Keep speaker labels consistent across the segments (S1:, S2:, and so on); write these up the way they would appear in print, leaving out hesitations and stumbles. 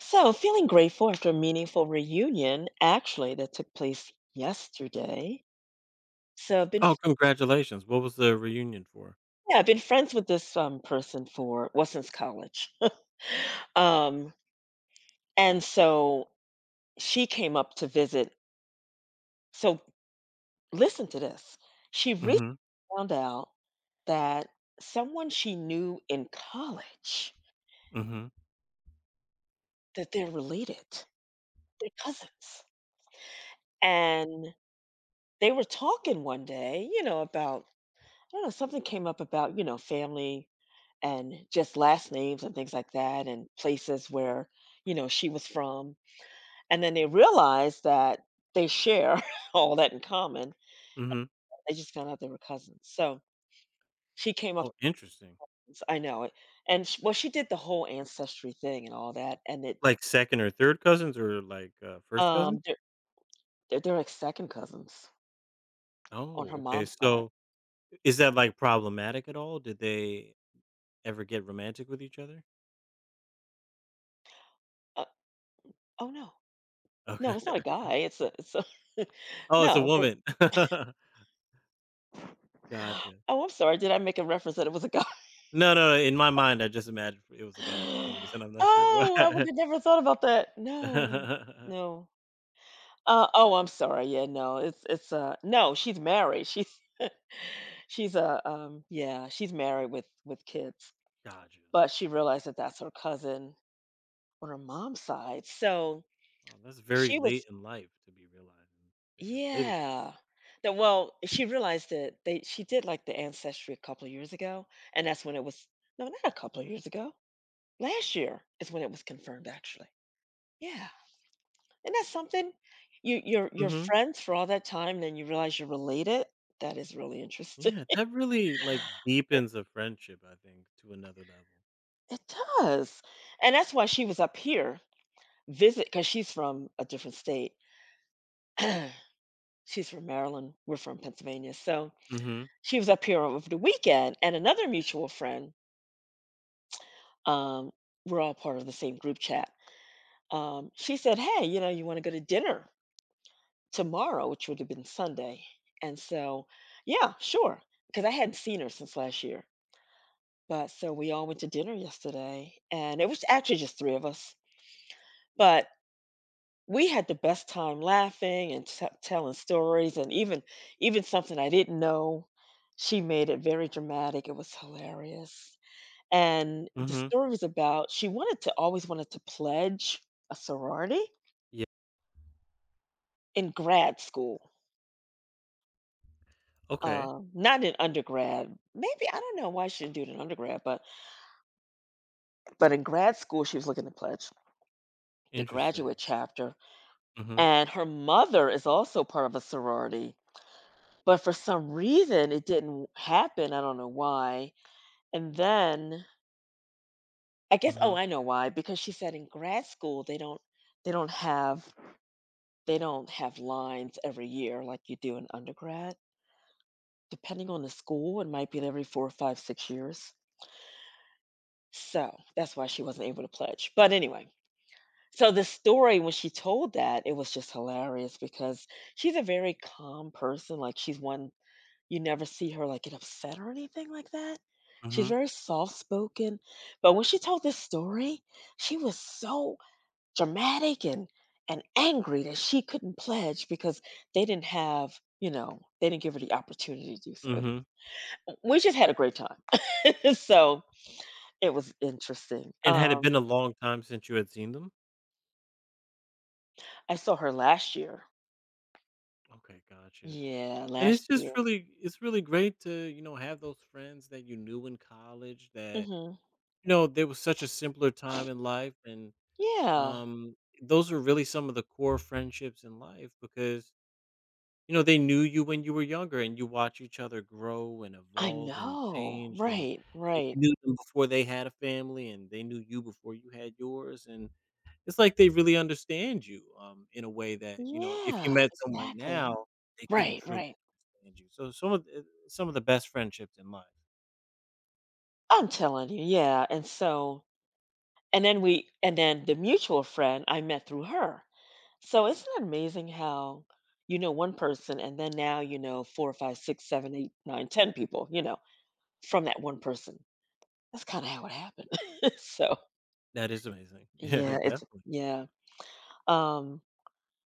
S1: So, feeling grateful after a meaningful reunion, actually, that took place yesterday. So,
S2: Oh, congratulations. What was the reunion for?
S1: yeah, I've been friends with this person for, well, since college. um, and so she came up to visit. So, listen to this. She recently
S2: Mhm,
S1: found out that someone she knew in college,
S2: mhm,
S1: that they're related, they're cousins. And they were talking one day, about, I don't know, something came up about, family, and just last names and things like that, and places where, she was from. And then they realized that they share all that in common.
S2: mhm.
S1: They just found out they were cousins, so she came up.
S2: Oh, interesting.
S1: I know it. And sh well, she did the whole ancestry thing and all that, and it,
S2: 2nd or 3rd cousins or, 1st
S1: um
S2: cousins?
S1: they're, they're like second cousins on
S2: Oh,
S1: her
S2: okay,
S1: mom's side.
S2: so, is that, problematic at all? Did they ever get romantic with each other?
S1: uh, oh, no.
S2: Okay.
S1: No, it's not a guy. It's a
S2: Oh, it's a
S1: no, they're-
S2: woman. Gotcha.
S1: oh, I'm sorry, did I make a reference that it was a guy?
S2: No, no, in my mind, I just imagined it was a guy for some reason, I'm not sure why.
S1: Oh, I would have never thought about that. No, no, no. Oh, I'm sorry. Yeah, no, it's no, she's married. She's she's yeah, she's married with kids,
S2: Gotcha.
S1: but she realized that that's her cousin on her mom's side. So
S2: Wow, that's very
S1: she
S2: late
S1: was,
S2: in life to be realizing that you're related to.
S1: yeah. That, well, she realized that they, she did like the ancestry a couple of years ago, and that's when it was, no, not a couple of years ago. Last year is when it was confirmed, actually. Yeah. Isn't that something? You're
S2: Mhm.
S1: friends for all that time, then you realize you're related? That is really interesting.
S2: Yeah, that really, deepens a friendship, I think, to another level.
S1: It does, and that's why she was up here, visit because she's from a different state. She's from Maryland, we're from Pennsylvania, so
S2: Mhm,
S1: she was up here over the weekend, and another mutual friend, um, we're all part of the same group chat. She said, "Hey, you know, you wanna go to dinner tomorrow," which would have been Sunday. And so, yeah, sure, because I hadn't seen her since last year. But so we all went to dinner yesterday, and it was actually just 3 of us, but we had the best time laughing and t telling stories, and even something I didn't know. She made it very dramatic, it was hilarious. And the
S2: mhm.
S1: story was about, she wanted to, always wanted to pledge a sorority
S2: Yeah,
S1: in grad school.
S2: okay.
S1: Not in undergrad, maybe, I don't know why she didn't do it in undergrad, but in grad school, she was looking to pledge the
S2: Interesting.
S1: graduate chapter.
S2: Mhm,
S1: And her mother is also part of a sorority, but for some reason it didn't happen, I don't know why. And then I guess, oh,
S2: mhm,
S1: I know why, because she said in grad school they don't, they don't have they don't have lines every year like you do in undergrad. Depending on the school, it might be every 4, 5, 6 years. So, that's why she wasn't able to pledge. But anyway, so the story, when she told that, it was just hilarious, because she's a very calm person. Like, she's one, you never see her, like, get upset or anything like that. She's
S2: mhm,
S1: very soft-spoken, but when she told this story, she was so dramatic and angry that she couldn't pledge because they didn't have, you know, they didn't give her the opportunity to do so.
S2: mhm.
S1: We just had a great time. So, it was interesting.
S2: And had it been a long time since you had seen them?
S1: I saw her last year.
S2: Okay, gotcha.
S1: Yeah,
S2: And
S1: last
S2: it's
S1: year.
S2: just really it's really great to, you know, have those friends that you knew in college that,
S1: Mhm.
S2: you know, there was such a simpler time in life, and,
S1: Yeah.
S2: um, those are really some of the core friendships in life because you know, they knew you when you were younger and you watch each other grow and
S1: I
S2: evolve and
S1: know.
S2: change, and
S1: Right,
S2: you
S1: right.
S2: knew them before they had a family and they knew you before you had yours, and it's like they really understand you, in a way that, you know, if you
S1: Yeah,
S2: met someone
S1: exactly.
S2: now, they couldn't
S1: Right,
S2: truly
S1: right.
S2: understand you. So some of the best friendships in life.
S1: I'm telling you, yeah. And so, and then we, and then the mutual friend I met through her. So isn't it amazing how, you know, one person, and then now you know four, five, six, seven, eight, nine, ten people, you know, from that one person? That's kind of how it happened. So,
S2: That is amazing. Yeah,
S1: yeah, it's,
S2: definitely.
S1: yeah. Um,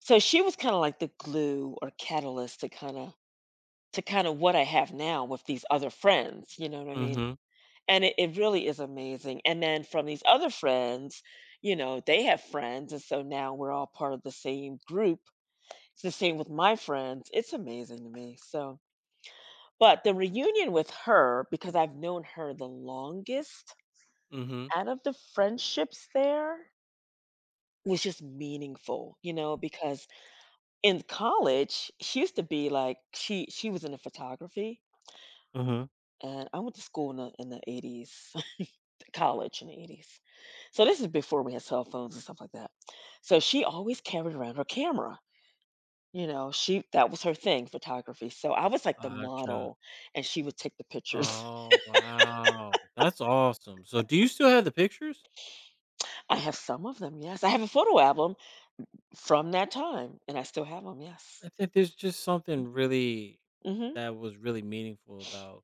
S1: so she was kind of like the glue or catalyst to kind of what I have now with these other friends. You know what I mean?
S2: Mhm.
S1: And it really is amazing, and then from these other friends, you know, they have friends, and so now we're all part of the same group. It's the same with my friends. It's amazing to me. So, but the reunion with her, because I've known her the longest
S2: Mhm.
S1: out of the friendships there, was just meaningful, you know, because in college, she used to be like, she was into photography,
S2: Mhm.
S1: and I went to school in the 80s. College in the 80s. So this is before we had cell phones and stuff like that. So she always carried around her camera. You know, she that was her thing, photography. So I was like the
S2: Gotcha.
S1: model, and she would take the pictures.
S2: Oh, wow. That's awesome. So do you still have the pictures?
S1: I have some of them, yes. I have a photo album from that time, and I still have them, yes.
S2: I think there's just something
S1: Hmm.
S2: really
S1: Hmm.
S2: that was really meaningful about,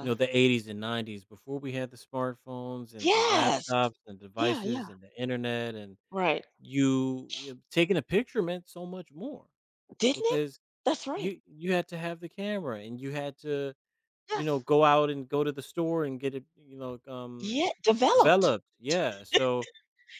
S2: you know, the 80s and 90s before we had the smartphones and the
S1: Yes.
S2: laptops and
S1: Yeah,
S2: devices
S1: yeah.
S2: and the internet, and
S1: Right.
S2: you know, taking a picture meant so much more
S1: Didn't it?
S2: because
S1: That's right.
S2: you had to have the camera and you had to, you know,
S1: Yes.
S2: go out and go to the store and get it, you know,
S1: Yeah, developed.
S2: developed. Yeah. So,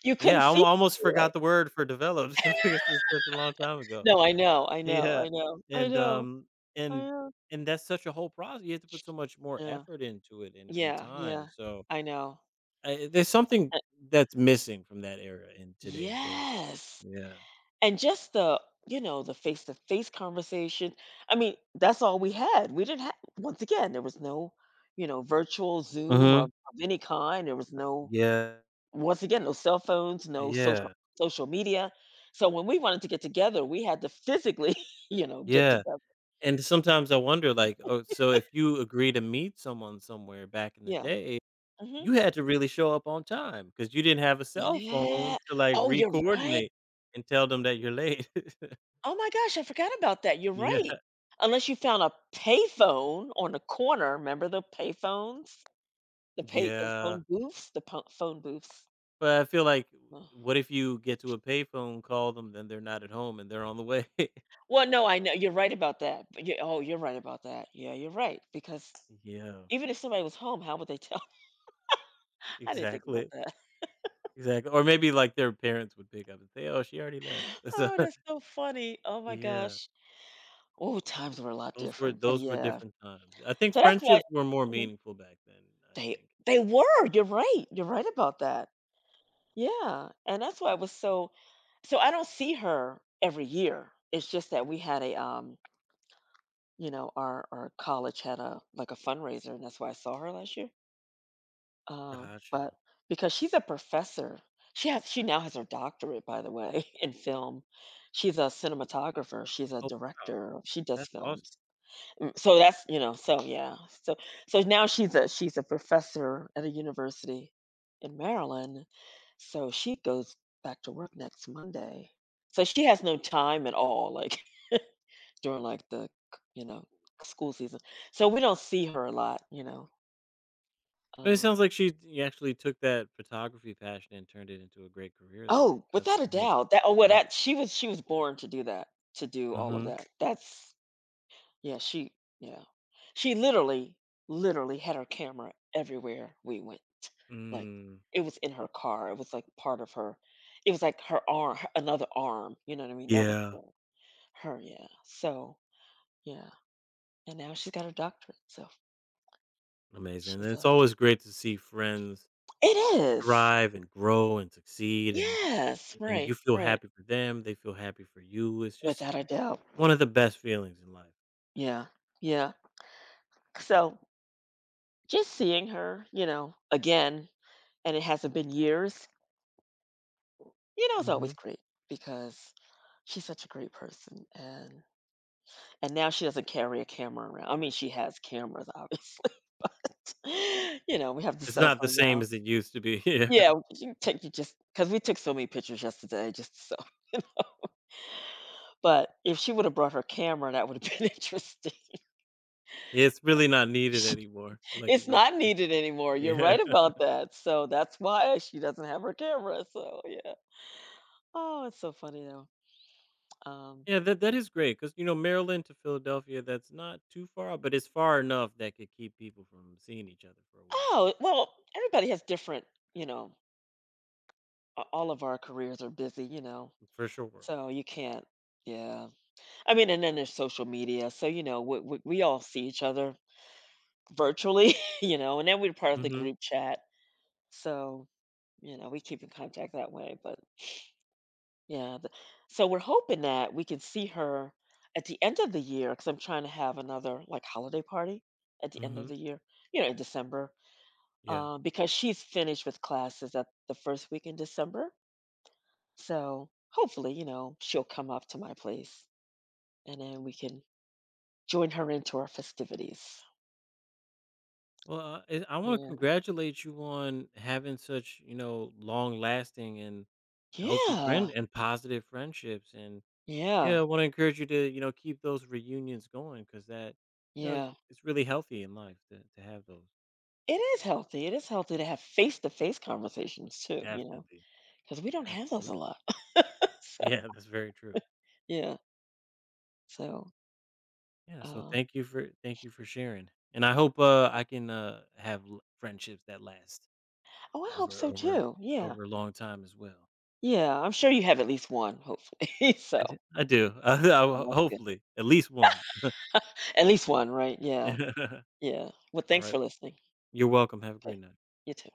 S1: You
S2: yeah,
S1: couldn't
S2: I
S1: see it,
S2: almost
S1: right?
S2: forgot the word for developed because it's such a long time ago.
S1: No, I know, I know,
S2: Yeah,
S1: I know, I
S2: and,
S1: know, I
S2: and
S1: know.
S2: and that's such a whole process. You have to put so much more
S1: Yeah.
S2: effort into it and
S1: Yeah,
S2: time,
S1: yeah.
S2: so,
S1: I know.
S2: I there's something
S1: Uh,
S2: that's missing from that era in today's world.
S1: Yes.
S2: Yeah.
S1: And just the, you know, the face-to-face conversation. I mean, that's all we had. We didn't have, once again, there was no, you know, virtual Zoom or
S2: Mhm.
S1: of any kind. There was no,
S2: Yeah,
S1: once again, no cell phones, no
S2: yeah,
S1: social media. So when we wanted to get together, we had to physically, you know, get
S2: yeah,
S1: together.
S2: and sometimes I wonder, like, oh, so if you agree to meet someone somewhere back in the
S1: Yeah.
S2: day,
S1: Hmm.
S2: you had to really show up on time because you didn't have a cell
S1: Yeah.
S2: phone to, like,
S1: Oh, you're right.
S2: re-coordinate and tell them that you're late.
S1: Oh my gosh, I forgot about that, you're
S2: Yeah.
S1: right. Unless you found a payphone on the corner, remember the payphones? The
S2: Yeah.
S1: phone booths? The po phone booths.
S2: But I feel
S1: Ugh.
S2: what if you get to a payphone, call them, then they're not at home and they're on the way?
S1: Well, no, I know you're right about that, but, you, oh, you're right about that. Yeah, you're right, because
S2: Yeah,
S1: even if somebody was home, how would they tell? I didn't think about
S2: exactly,
S1: that.
S2: exactly. Or maybe like their parents would pick up and say, "Oh, she already left." So,
S1: Oh, that's so funny. Oh my
S2: yeah,
S1: gosh. Oh, times were a lot
S2: those were
S1: different, but
S2: those were
S1: yeah.
S2: different times. I think
S1: So that's why,
S2: friendships were more
S1: mhm.
S2: meaningful back then, I
S1: They
S2: think.
S1: they were, you're right, about that. Yeah, and that's why I was so, so I don't see her every year. It's just that we had a, you know, our college had a, like, a fundraiser, and that's why I saw her last year.
S2: Gotcha.
S1: But because she's a professor. She now has her doctorate, by the way, in film. She's a cinematographer, she's a
S2: Oh, wow,
S1: director, she does
S2: that's awesome.
S1: films. Mm, so that's, you know, so yeah. So now she's a professor at a university in Maryland. So she goes back to work next Monday. So she has no time at all, like, during like the, you know, school season. So we don't see her a lot, you know.
S2: But it
S1: Um,
S2: sounds like she d actually took that photography passion and turned it into a great career though.
S1: oh, without
S2: That's
S1: a
S2: great.
S1: doubt, that, oh, well,
S2: Yeah.
S1: that she was, born to do that, to do all of
S2: Mhm.
S1: that. That's Yeah, she, yeah. She literally, had her camera everywhere we went. Like,
S2: Mm.
S1: it was in her car. It was like part of her. It was like her arm, another arm. You know what I mean? That was
S2: Yeah.
S1: her. Yeah. So yeah. And now she's got her doctorate. So
S2: Amazing, and
S1: she's
S2: it's
S1: a.
S2: always great to see friends
S1: It is.
S2: thrive and grow and succeed, and
S1: Yes. Right.
S2: you feel
S1: Right.
S2: happy for them, they feel happy for you, it's just
S1: Without a doubt.
S2: one of the best feelings in life.
S1: Yeah. Yeah. So just seeing her, you know, again, and it hasn't been years. You know, it's always
S2: Mhm.
S1: great because she's such a great person. And now she doesn't carry a camera around. I mean, she has cameras, obviously, but, you know, we have the
S2: It's
S1: cell
S2: not the
S1: phone
S2: same
S1: now.
S2: as it used to be, yeah.
S1: Yeah, you can take, you just, because we took so many pictures yesterday, just so. But if she would have brought her camera, that would have been interesting.
S2: It's really not needed
S1: Sh-
S2: anymore like it
S1: It's
S2: used
S1: not
S2: to be.
S1: needed anymore. You're
S2: Yeah.
S1: right about that. So that's why she doesn't have her camera. So yeah. Oh, it's so funny though. Um,
S2: Yeah, that is great because you know, Maryland to Philadelphia, that's not too far but it's far enough that could keep people from seeing each other for a while,
S1: oh, well, everybody has different, you know, A all of our careers are busy, you know,
S2: for sure.
S1: so you can't, yeah. I mean, and then there's social media, so, you know, we all see each other virtually, you know, and then we're part of the
S2: Mhm,
S1: group chat, so, you know, we keep in contact that way, but, yeah, the, so we're hoping that we can see her at the end of the year, because 'cause I'm trying to have another, like, holiday party at the end of
S2: mhm,
S1: the year, you know, in December.
S2: yeah.
S1: Because she's finished with classes at the first week in December. So hopefully, you know, she'll come up to my place, and then we can join her into our festivities.
S2: Well, I want to
S1: Yeah.
S2: congratulate you on having such, you know, long lasting and healthy
S1: Yeah.
S2: friend and positive friendships. And yeah, I
S1: Yeah.
S2: want to encourage you to, you know, keep those reunions going because that, you know,
S1: Yeah.
S2: it's really healthy in life to have those.
S1: It is healthy. It is healthy to have face to face conversations too, you know,
S2: Definitely.
S1: because we don't have those a
S2: Absolutely.
S1: lot. So,
S2: Yeah, that's very true.
S1: yeah. So,
S2: Yeah. So
S1: um,
S2: thank you for sharing. And I hope I can have friendships that last
S1: oh, I hope
S2: over,
S1: so
S2: over,
S1: too. Yeah.
S2: over a long time as well.
S1: Yeah. I'm sure you have at least one, hopefully.
S2: I do.
S1: So,
S2: I do. I,
S1: oh, that's good.
S2: hopefully, at least one.
S1: At least one, right? Yeah. Yeah. Well, thanks
S2: Alright.
S1: for listening.
S2: You're welcome. Have a great
S1: Okay.
S2: night.
S1: You too.